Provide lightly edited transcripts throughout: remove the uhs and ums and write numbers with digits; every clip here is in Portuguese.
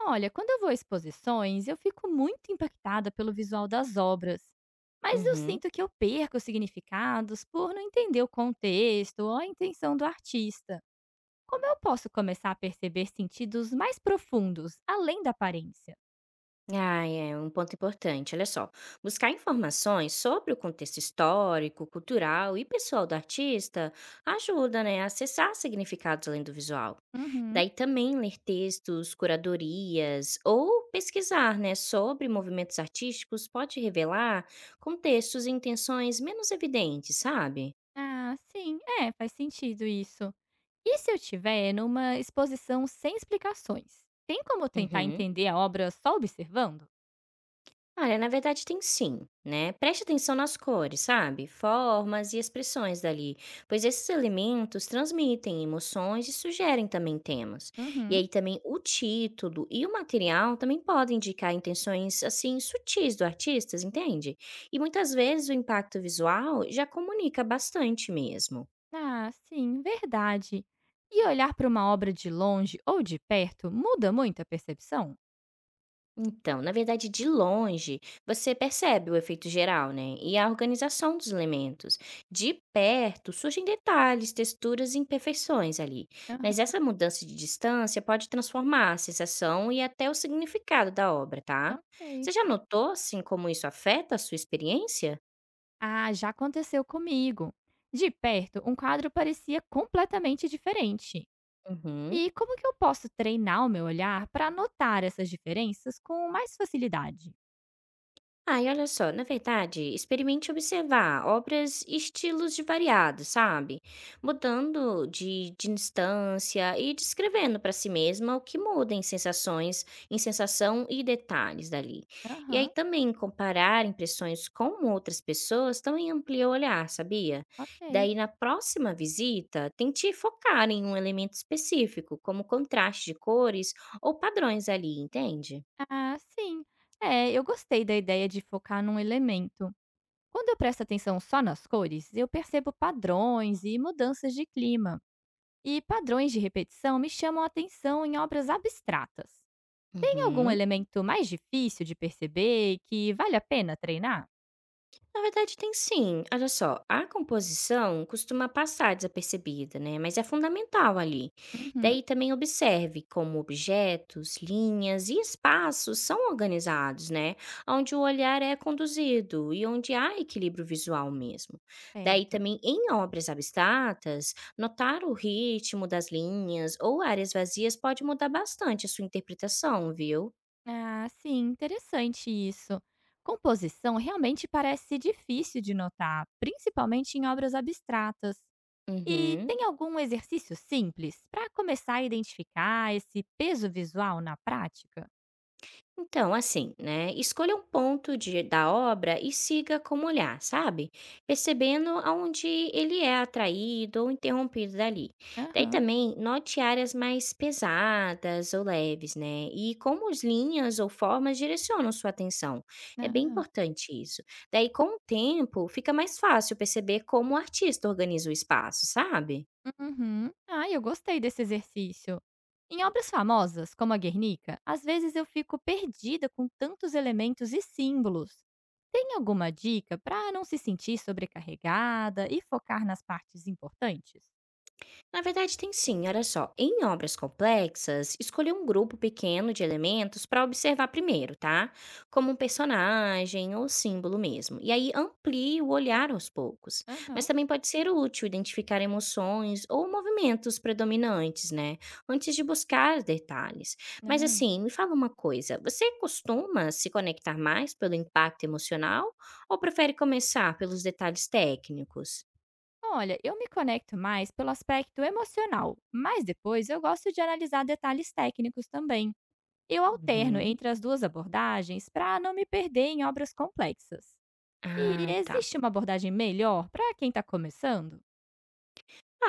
Olha, quando eu vou a exposições, eu fico muito impactada pelo visual das obras, mas eu Uhum. sinto que eu perco significados por não entender o contexto ou a intenção do artista. Como eu posso começar a perceber sentidos mais profundos, além da aparência? Ah, é um ponto importante. Olha só, buscar informações sobre o contexto histórico, cultural e pessoal do artista ajuda, né, a acessar significados além do visual. Uhum. Daí também ler textos, curadorias ou pesquisar, né, sobre movimentos artísticos pode revelar contextos e intenções menos evidentes, sabe? Ah, sim, é, faz sentido isso. E se eu estiver numa exposição sem explicações? Tem como tentar Uhum. entender a obra só observando? Olha, na verdade tem sim, né? Preste atenção nas cores, sabe? Formas e expressões dali, pois esses elementos transmitem emoções e sugerem também temas. E Uhum. aí também o título e o material também podem indicar intenções assim sutis do artista, entende? E muitas vezes o impacto visual já comunica bastante mesmo. Ah, sim, verdade. E olhar para uma obra de longe ou de perto muda muito a percepção? Então, na verdade, de longe, você percebe o efeito geral, né? E a organização dos elementos. De perto, surgem detalhes, texturas e imperfeições ali. Aham, Mas essa mudança de distância pode transformar a sensação e até o significado da obra, tá? ok. Você já notou, assim, como isso afeta a sua experiência? Ah, já aconteceu comigo. De perto, um quadro parecia completamente diferente. Uhum. E como que eu posso treinar o meu olhar para notar essas diferenças com mais facilidade? Ai, olha só, na verdade, experimente observar obras e estilos de variados, sabe? Mudando de instância e descrevendo para si mesma o que muda em sensações, em sensação e detalhes dali. E aí Aham, também comparar impressões com outras pessoas também amplia o olhar, sabia? ok. Daí na próxima visita, tente focar em um elemento específico, como contraste de cores ou padrões ali, entende? Ah, sim. É, eu gostei da ideia de focar num elemento. Quando eu presto atenção só nas cores, eu percebo padrões e mudanças de clima. E padrões de repetição me chamam a atenção em obras abstratas. Tem algum Uhum. elemento mais difícil de perceber e que vale a pena treinar? Na verdade, tem sim. Olha só, a composição costuma passar desapercebida, né? Mas é fundamental ali. Uhum. Daí também observe como objetos, linhas e espaços são organizados, né? Onde o olhar é conduzido e onde há equilíbrio visual mesmo. Daí Certo. também, em obras abstratas, notar o ritmo das linhas ou áreas vazias pode mudar bastante a sua interpretação, viu? Ah, sim, interessante isso. Composição realmente parece difícil de notar, principalmente em obras abstratas. E Uhum. tem algum exercício simples para começar a identificar esse peso visual na prática? Então, assim, né? Escolha um ponto de, da obra e siga como olhar, sabe? Percebendo aonde ele é atraído ou interrompido dali. Daí Aham. também note áreas mais pesadas ou leves, né? E como as linhas ou formas direcionam sua atenção. É bem Ah. importante isso. Daí, com o tempo, fica mais fácil perceber como o artista organiza o espaço, sabe? Uhum. Ah, eu gostei desse exercício. Em obras famosas, como a Guernica, às vezes eu fico perdida com tantos elementos e símbolos. Tem alguma dica para não se sentir sobrecarregada e focar nas partes importantes? Na verdade, tem sim, olha só. Em obras complexas, escolha um grupo pequeno de elementos para observar primeiro, tá? Como um personagem ou símbolo mesmo. E aí amplie o olhar aos poucos. Mas Aham. também pode ser útil identificar emoções ou movimentos predominantes, né? Antes de buscar detalhes. Mas Ah, assim, me fala uma coisa: você costuma se conectar mais pelo impacto emocional ou prefere começar pelos detalhes técnicos? olha, eu me conecto mais pelo aspecto emocional, mas depois eu gosto de analisar detalhes técnicos também. Eu alterno Uhum. entre as duas abordagens para não me perder em obras complexas. E Ah, tá. existe uma abordagem melhor para quem está começando?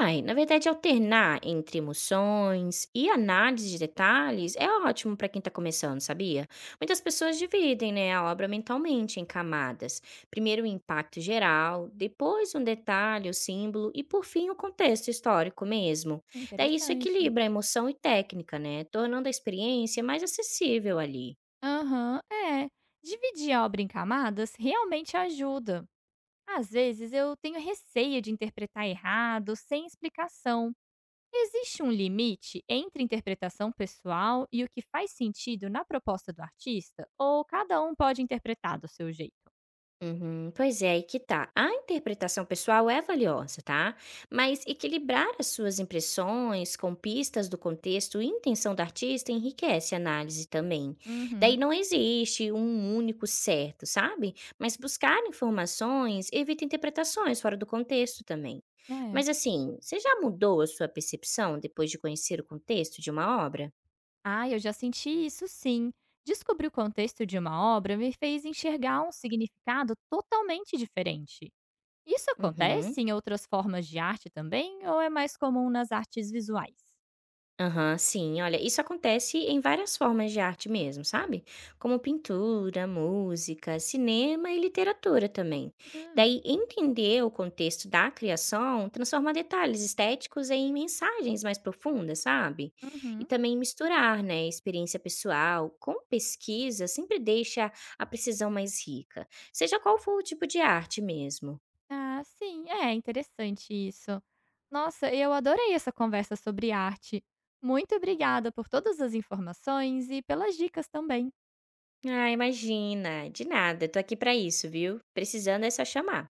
Ai, na verdade, alternar entre emoções e análise de detalhes é ótimo para quem está começando, sabia? Muitas pessoas dividem, né, a obra mentalmente em camadas. Primeiro o impacto geral, depois um detalhe, o símbolo e por fim o contexto histórico mesmo. Daí isso Interessante. equilibra a emoção e técnica, né, tornando a experiência mais acessível ali. Aham, é. Dividir a obra em camadas realmente ajuda. Às vezes eu tenho receio de interpretar errado, sem explicação. Existe um limite entre interpretação pessoal e o que faz sentido na proposta do artista? Ou cada um pode interpretar do seu jeito? Uhum, pois é, aí que tá. A interpretação pessoal é valiosa, tá? Mas equilibrar as suas impressões com pistas do contexto e intenção do artista enriquece a análise também. Daí Uhum, não existe um único certo, sabe? Mas buscar informações evita interpretações fora do contexto também. é. Mas assim, você já mudou a sua percepção depois de conhecer o contexto de uma obra? Ah, eu já senti isso sim. Descobrir o contexto de uma obra me fez enxergar um significado totalmente diferente. Isso Uhum. acontece em outras formas de arte também, ou é mais comum nas artes visuais? Aham, sim. Olha, isso acontece em várias formas de arte mesmo, sabe? Como pintura, música, cinema e literatura também. Ah, Daí, entender o contexto da criação transforma detalhes estéticos em mensagens mais profundas, sabe? E uhum. também misturar, né, experiência pessoal com pesquisa sempre deixa a precisão mais rica, seja qual for o tipo de arte mesmo. Ah, sim, é interessante isso. Nossa, eu adorei essa conversa sobre arte. Muito obrigada por todas as informações e pelas dicas também. Ah, imagina, de nada, tô aqui pra isso, viu? Precisando é só chamar.